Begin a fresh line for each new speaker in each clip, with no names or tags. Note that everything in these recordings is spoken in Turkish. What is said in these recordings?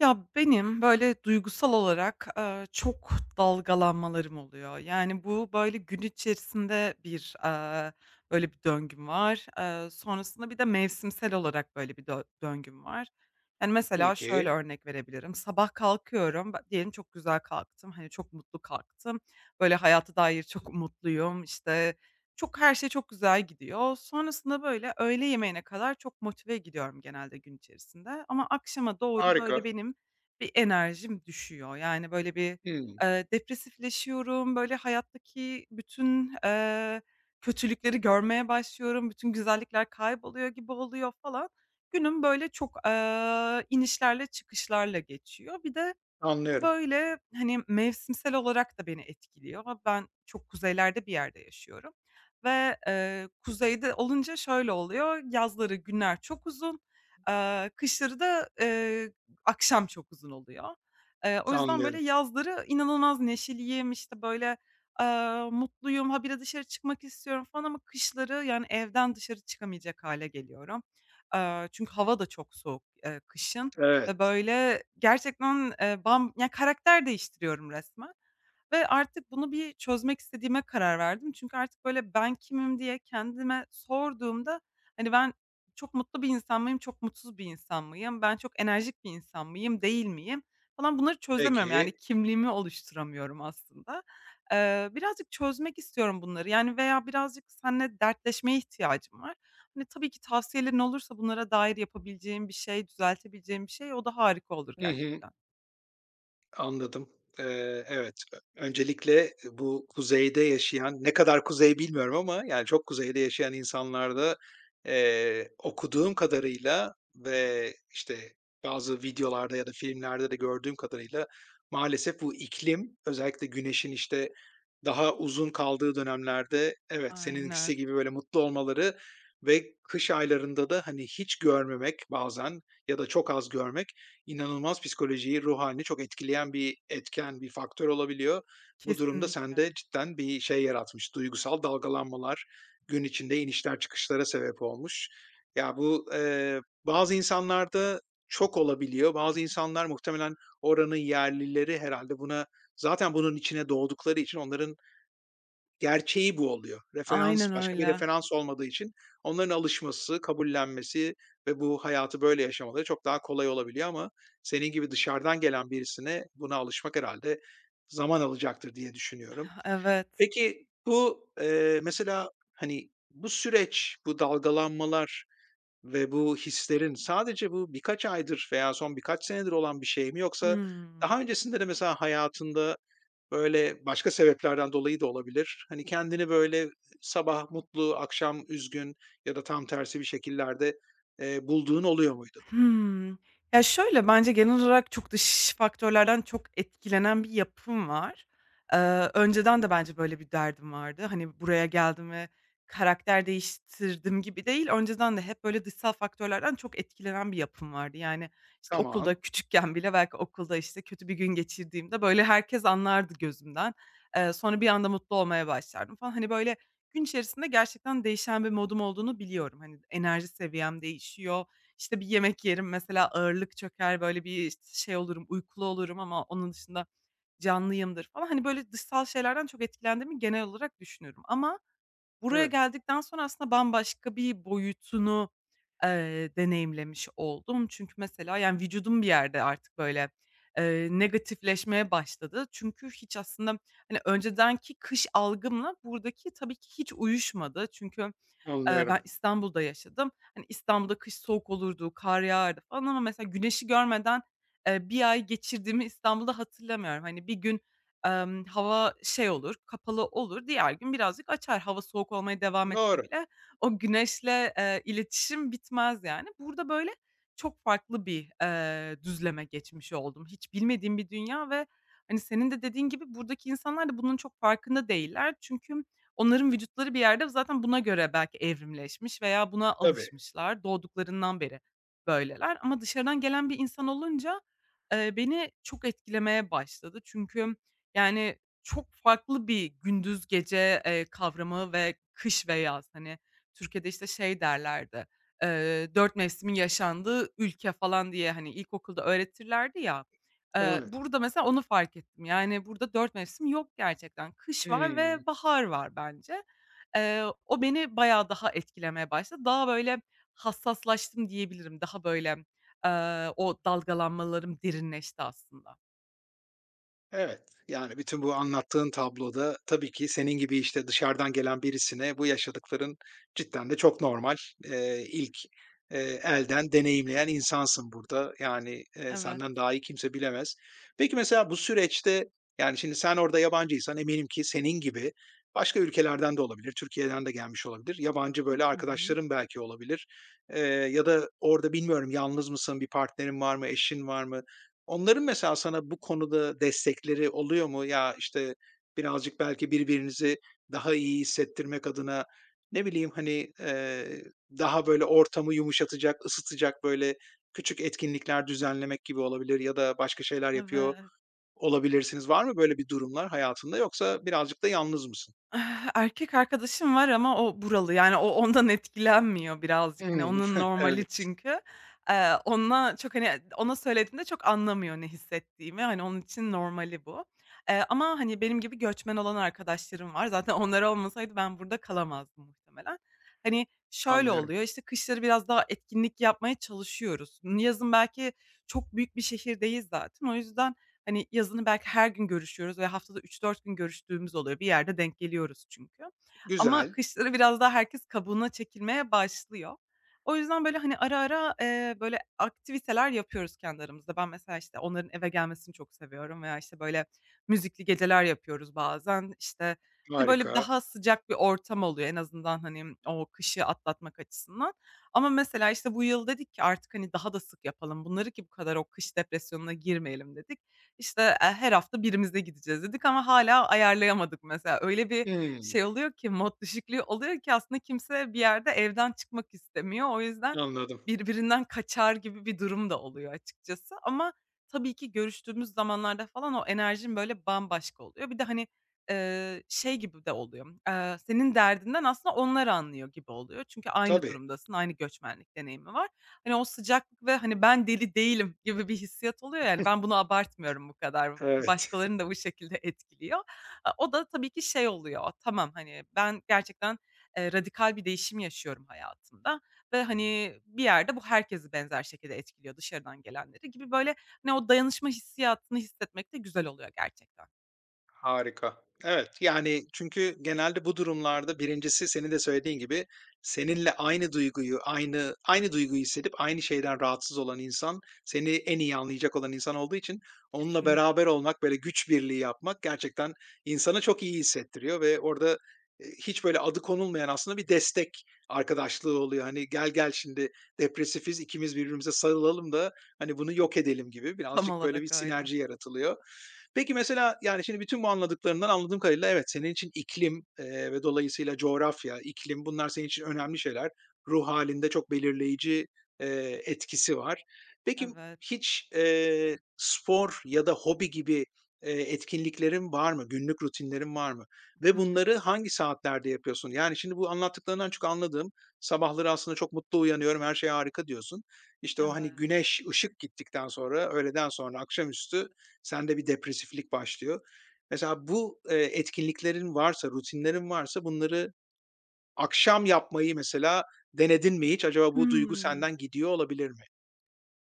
Ya, benim, böyle, duygusal olarak, çok dalgalanmalarım oluyor. Yani, bu, böyle, gün içerisinde bir, böyle bir döngüm var. Sonrasında bir de mevsimsel olarak böyle bir döngüm var. Yani, mesela şöyle
Peki,
örnek verebilirim. Sabah kalkıyorum, diyelim çok güzel kalktım, hani, çok mutlu kalktım. Böyle, hayata dair çok mutluyum, İşte çok her şey çok güzel gidiyor. Sonrasında, böyle, öğle yemeğine kadar çok motive gidiyorum genelde gün içerisinde ama akşama doğru, böyle,
harika.
benim bir enerjim düşüyor. Yani, böyle, bir,
Hımm,
depresifleşiyorum, böyle, hayattaki bütün, kötülükleri görmeye başlıyorum, bütün güzellikler kayboluyor gibi oluyor falan. Günüm, böyle, çok, inişlerle çıkışlarla geçiyor. Bir de bu
anlıyorum,
böyle, hani, mevsimsel olarak da beni etkiliyor. Ben çok kuzeylerde bir yerde yaşıyorum ve, kuzeyde olunca şöyle oluyor, yazları günler çok uzun, kışları da, akşam çok uzun oluyor. O yüzden böyle
anlıyorum.
yazları inanılmaz neşeliyim, işte, böyle, mutluyum, habire dışarı çıkmak istiyorum falan ama kışları, yani, evden dışarı çıkamayacak hale geliyorum. Çünkü hava da çok soğuk, kışın. Ve
Evet,
böyle gerçekten, bam ya karakter değiştiriyorum resmen. Ve artık bunu bir çözmek istediğime karar verdim. Çünkü artık, böyle, ben kimim diye kendime sorduğumda, hani, ben çok mutlu bir insan mıyım, çok mutsuz bir insan mıyım, ben çok enerjik bir insan mıyım, değil miyim falan bunları çözemiyorum. Yani
peki.
kimliğimi oluşturamıyorum aslında. Birazcık çözmek istiyorum bunları, yani, veya birazcık seninle dertleşmeye ihtiyacım var. Hani, tabii ki tavsiyelerin olursa bunlara dair yapabileceğim bir şey, düzeltebileceğim bir şey o da harika olur
Hı hı.
gerçekten.
Anladım. Evet, öncelikle bu kuzeyde yaşayan, ne kadar kuzey bilmiyorum ama yani çok kuzeyde yaşayan insanlarda, okuduğum kadarıyla ve, işte, bazı videolarda ya da filmlerde de gördüğüm kadarıyla maalesef bu iklim özellikle güneşin, işte, daha uzun kaldığı dönemlerde evet,
Aynen,
seninkisi gibi böyle mutlu olmaları ve kış aylarında da, hani, hiç görmemek bazen ya da çok az görmek inanılmaz psikolojiyi, ruh halini çok etkileyen bir etken, bir faktör olabiliyor. Bu durumda
kesinlikle.
sende cidden bir şey yaratmış, duygusal dalgalanmalar, gün içinde inişler çıkışlara sebep olmuş. Ya, bu, bazı insanlarda çok olabiliyor. Bazı insanlar muhtemelen oranın yerlileri herhalde buna zaten bunun içine doğdukları için onların gerçeği bu oluyor. Referans
Aynen
başka bir
öyle.
referans olmadığı için onların alışması, kabullenmesi ve bu hayatı böyle yaşamaları çok daha kolay olabiliyor ama senin gibi dışarıdan gelen birisine buna alışmak herhâlde zaman alacaktır diye düşünüyorum.
Evet.
Peki bu, mesela, hani, bu süreç, bu dalgalanmalar ve bu hislerin sadece bu birkaç aydır veya son birkaç senedir olan bir şey mi yoksa
Hıı.
daha öncesinde de mesela hayatında böyle, başka sebeplerden dolayı da olabilir. Hani, kendini böyle sabah mutlu, akşam üzgün ya da tam tersi bir şekillerde, bulduğun oluyor muydu?
Hımm. Ya, şöyle, bence genel olarak çok dış faktörlerden çok etkilenen bir yapım var. Önceden de bence böyle bir derdim vardı. Hani, buraya geldim ve karakter değiştirdim gibi değil, önceden de hep böyle dışsal faktörlerden çok etkilenen bir yapım vardı. Yani, işte,
Tamam.
okulda küçükken bile belki okulda, işte, kötü bir gün geçirdiğimde, böyle, herkes anlardı gözümden. Sonra bir anda mutlu olmaya başlardım falan. Hani, böyle, gün içerisinde gerçekten değişen bir modum olduğunu biliyorum. Hani, enerji seviyem değişiyor, işte, bir yemek yerim mesela, ağırlık çöker, böyle, bir şey olurum, uykulu olurum ama onun dışında canlıyımdır falan. Hani, böyle, dışsal şeylerden çok etkilendiğimi genel olarak düşünüyorum ama buraya
Evet.
geldikten sonra aslında bambaşka bir boyutunu, deneyimlemiş oldum. Çünkü mesela, yani, vücudum bir yerde artık, böyle, negatifleşmeye başladı. Çünkü hiç aslında, hani, öncedenki kış algımla buradaki tabii ki hiç uyuşmadı. Çünkü
Anlıyorum.
ben İstanbul'da yaşadım. Hani, İstanbul'da kış soğuk olurdu, kar yağardı falan ama mesela güneşi görmeden, 1 ay geçirdiğimi İstanbul'da hatırlamıyorum. Hani, bir gün, hava şey olur, kapalı olur, diğer gün birazcık açar. Hava soğuk olmaya devam
Doğru.
etse bile o güneşle, iletişim bitmez yani. Burada böyle çok farklı bir, düzleme geçmiş oldum. Hiç bilmediğim bir dünya ve, hani, senin de dediğin gibi buradaki insanlar da bunun çok farkında değiller. Çünkü onların vücutları bir yerde zaten buna göre belki evrimleşmiş veya buna
Tabii.
alışmışlar. Doğduklarından beri böyleler ama dışarıdan gelen bir insan olunca, beni çok etkilemeye başladı. Çünkü, yani, çok farklı bir gündüz gece, kavramı ve kış ve yaz. Hani, Türkiye'de, işte, şey derlerdi, 4 mevsimin yaşandığı ülke falan diye, hani, ilkokulda öğretirlerdi ya.
Evet.
Burada mesela onu fark ettim. Yani, burada 4 mevsim yok gerçekten. Kış var
Hımm.
ve bahar var bence. O beni bayağı daha etkilemeye başladı. Daha, böyle, hassaslaştım diyebilirim. Daha, böyle, o dalgalanmalarım derinleşti aslında.
Evet, yani bütün bu anlattığın tabloda tabii ki senin gibi, işte, dışarıdan gelen birisine bu yaşadıkların cidden de çok normal. İlk, elden deneyimleyen insansın burada. Yani,
Evet.
senden daha iyi kimse bilemez. Peki, mesela bu süreçte, yani, şimdi sen orada yabancıysan eminim ki senin gibi başka ülkelerden de olabilir, Türkiye'den de gelmiş olabilir, yabancı,
Hı
böyle,
hı.
arkadaşların belki olabilir, ya da orada bilmiyorum yalnız mısın, bir partnerin var mı, eşin var mı? Onların mesela sana bu konuda destekleri oluyor mu? Ya, işte, birazcık belki birbirinizi daha iyi hissettirmek adına, ne bileyim, hani, daha böyle ortamı yumuşatacak, ısıtacak böyle küçük etkinlikler düzenlemek gibi olabilir ya da başka şeyler yapıyor
Evet.
olabilirsiniz. Var mı böyle bir durumlar hayatında yoksa birazcık da yalnız mısın?
Eh, erkek arkadaşım var ama o buralı, yani, o ondan etkilenmiyor birazcık. Hani,
Hımm.
onun normali
Evet,
çünkü. Onunla çok, hani, ona söylediğimde çok anlamıyor ne hissettiğimi. Hani, onun için normali bu. Ama, hani, benim gibi göçmen olan arkadaşlarım var. Zaten onlar olmasaydı ben burada kalamazdım muhtemelen. Hani, şöyle
anlıyorum.
oluyor, işte, kışları biraz daha etkinlik yapmaya çalışıyoruz. Yazın belki çok büyük bir şehirdeyiz zaten. O yüzden hani, yazını belki her gün görüşüyoruz ve haftada 3-4 gün görüştüğümüz oluyor. Bir yerde denk geliyoruz çünkü. Ama
Güzel,
kışları biraz daha herkes kabuğuna çekilmeye başlıyor. O yüzden, böyle, hani, ara ara, böyle, aktiviteler yapıyoruz kendi aramızda. Ben mesela, işte, onların eve gelmesini çok seviyorum veya, işte, böyle, müzikli geceler yapıyoruz bazen. İşte, hani, böyle,
harika.
daha sıcak bir ortam oluyor en azından, hani, o kışı atlatmak açısından. Ama mesela, işte, bu yıl dedik ki artık, hani, daha da sık yapalım bunları ki bu kadar o kış depresyonuna girmeyelim dedik. İşte, her hafta birimizde gideceğiz dedik ama hala ayarlayamadık mesela. Öyle bir
Hımm,
şey oluyor ki, mod düşüklüğü oluyor ki aslında kimse bir yerde evden çıkmak istemiyor. O yüzden
anladım.
birbirinden kaçar gibi bir durum da oluyor açıkçası ama tabii ki görüştüğümüz zamanlarda falan o enerjim böyle bambaşka oluyor. Bir de, hani, şey gibi de oluyor, senin derdinden aslında onlar anlıyor gibi oluyor. Çünkü aynı
Tabii,
durumdasın, aynı göçmenlik deneyimi var. Hani, o sıcaklık ve, hani, ben deli değilim gibi bir hissiyat oluyor, yani, ben bunu abartmıyorum bu kadar, bu
evet.
başkalarını da bu şekilde etkiliyor. O da tabii ki şey oluyor, tamam, hani, ben gerçekten, radikal bir değişim yaşıyorum hayatımda ve, hani, bir yerde bu herkesi benzer şekilde etkiliyor, dışarıdan gelenleri gibi, böyle, hani, o dayanışma hissiyatını hissetmek de güzel oluyor gerçekten.
Harika. Evet, yani, çünkü genelde bu durumlarda birincisi senin de söylediğin gibi seninle aynı duyguyu, aynı duyguyu hissedip aynı şeyden rahatsız olan insan, seni en iyi anlayacak olan insan olduğu için onunla
Kesinlikle.
beraber olmak, böyle güç birliği yapmak gerçekten insana çok iyi hissettiriyor ve orada, hiç böyle adı konulmayan aslında bir destek arkadaşlığı oluyor. Hani, "Gel, gel şimdi depresifiz, ikimiz birbirimize sarılalım da, hani, bunu yok edelim." gibi
Tam
birazcık böyle bir
olarak öyle.
sinerji yaratılıyor. Peki mesela, yani, şimdi bütün bu anladıklarından anladığım kadarıyla evet, senin için iklim, ve dolayısıyla coğrafya, iklim bunlar senin için önemli şeyler. Ruh halinde çok belirleyici, etkisi var. Peki
Evet.
hiç, spor ya da hobi gibi, etkinliklerin var mı? Günlük rutinlerin var mı? Ve
Hımm.
bunları hangi saatlerde yapıyorsun? Yani, şimdi bu anlattıklarından çok anladığım, sabahları aslında çok mutlu uyanıyorum, her şey harika diyorsun. İşte, o, hani,
Evet.
güneş, ışık gittikten sonra, öğleden sonra, akşamüstü sende bir depresiflik başlıyor. Mesela bu, etkinliklerin varsa, rutinlerin varsa bunları akşam yapmayı mesela denedin mi hiç? Acaba bu duygu
Hımm.
senden gidiyor olabilir mi?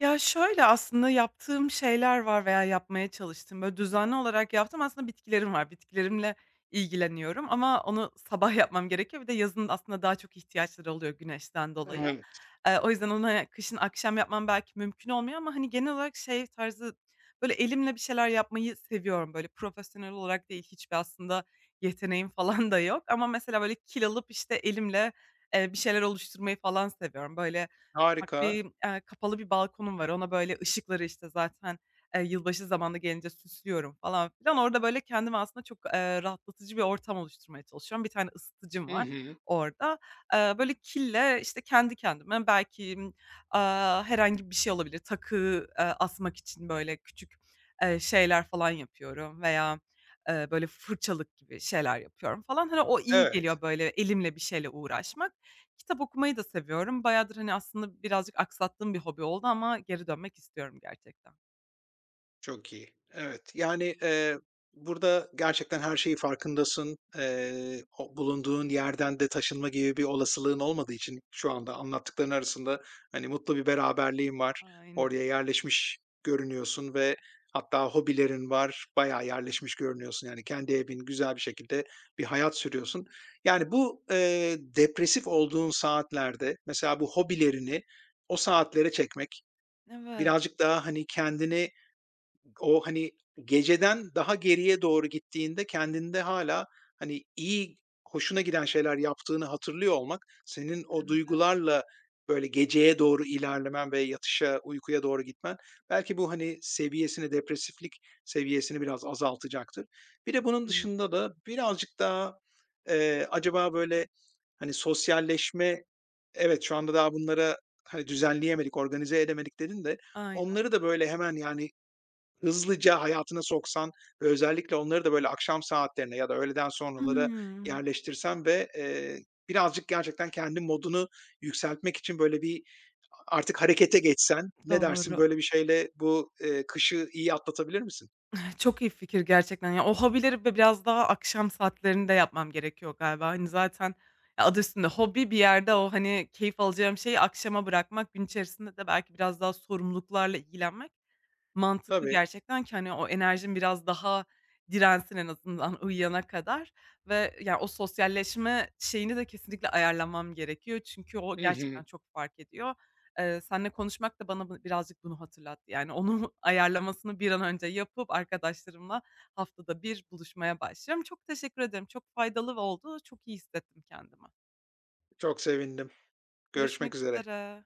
Ya, şöyle aslında yaptığım şeyler var veya yapmaya çalıştığım, böyle, düzenli olarak yaptığım aslında bitkilerim var. Bitkilerimle ilgileniyorum ama onu sabah yapmam gerekiyor. Bir de yazın aslında daha çok ihtiyaçları oluyor güneşten dolayı.
Evet.
O yüzden onu, hani, kışın akşam yapmam belki mümkün olmuyor ama, hani, genel olarak şey tarzı, böyle, elimle bir şeyler yapmayı seviyorum. Böyle, profesyonel olarak değil, hiçbir aslında yeteneğim falan da yok ama mesela, böyle, kil alıp, işte, elimle, bir şeyler oluşturmayı falan seviyorum. Böyle, bak,
Harika.
benim, kapalı bir balkonum var. Ona böyle ışıkları, işte, zaten, yılbaşı zamanı gelince süslüyorum falan filan. Orada böyle kendime aslında çok, rahatlatıcı bir ortam oluşturmaya çalışıyorum. Bir tane ısıtıcım
Hı
var
hı.
orada. Böyle kille, işte, kendi kendime belki, herhangi bir şey olabilir. Takı, asmak için böyle küçük, şeyler falan yapıyorum veya, böyle fırçalık gibi şeyler yapıyorum falan. Hani, o iyi
Evet.
geliyor böyle elimle bir şeyle uğraşmak. Kitap okumayı da seviyorum. Bayağıdır, hani, aslında birazcık aksattığım bir hobi oldu ama geri dönmek istiyorum gerçekten.
Çok iyi. Evet, yani, burada gerçekten her şeyi farkındasın. O bulunduğun yerden de taşınma gibi bir olasılığın olmadığı için şu anda anlattıkların arasında, hani, mutlu bir beraberliğin var.
Aynen.
Oraya yerleşmiş görünüyorsun ve hatta hobilerin var. Bayağı yerleşmiş görünüyorsun. Yani kendi evin, güzel bir şekilde bir hayat sürüyorsun. Yani bu, depresif olduğun saatlerde mesela bu hobilerini o saatlere çekmek,
Evet,
birazcık daha, hani, kendini o, hani, geceden daha geriye doğru gittiğinde kendinde hala hani, iyi, hoşuna giden şeyler yaptığını hatırlıyor olmak, senin o duygularla, böyle, geceye doğru ilerlemen ve yatışa, uykuya doğru gitmen, belki bu, hani, seviyesini, depresiflik seviyesini biraz azaltacaktır. Bir de bunun
kesin.
dışında da birazcık daha, acaba, böyle, hani, sosyalleşme evet, şu anda daha bunlara, hani, düzenleyemedik, organize edemedik dedin de
Aynen.
onları da, böyle, hemen, yani, hızlıca hayatına soksan ve özellikle onları da böyle akşam saatlerine ya da öğleden sonralara
Hımm.
yerleştirsen ve, birazcık gerçekten kendi modunu yükseltmek için böyle bir artık harekete geçsen, ne dersin?
Doğru.
Böyle bir şeyle bu, kışı iyi atlatabilir misin?
Eh, çok iyi fikir gerçekten. Ya, o hobileri biraz daha akşam saatlerinde yapmam gerekiyor galiba. Hani, zaten ya, adı üstünde hobi bir yerde o, hani, keyif alacağım şeyi akşama bırakmak, gün içerisinde de belki biraz daha sorumluluklarla ilgilenmek, mantıklı
Tabii.
gerçekten ki, hani, o enerjin biraz daha dirensin en azından uyuyana kadar ve yani o sosyalleşme şeyini de kesinlikle ayarlamam gerekiyor. Çünkü o
Hı hı.
gerçekten çok fark ediyor. Seninle konuşmak da bana bu birazcık bunu hatırlattı. Yani, onun ayarlamasını bir an önce yapıp arkadaşlarımla haftada bir buluşmaya başlıyorum. Çok teşekkür ederim. Çok faydalı oldu. Çok iyi hissettim kendimi.
Çok sevindim. Görüşmek
Görüşmek
üzere.
üzere.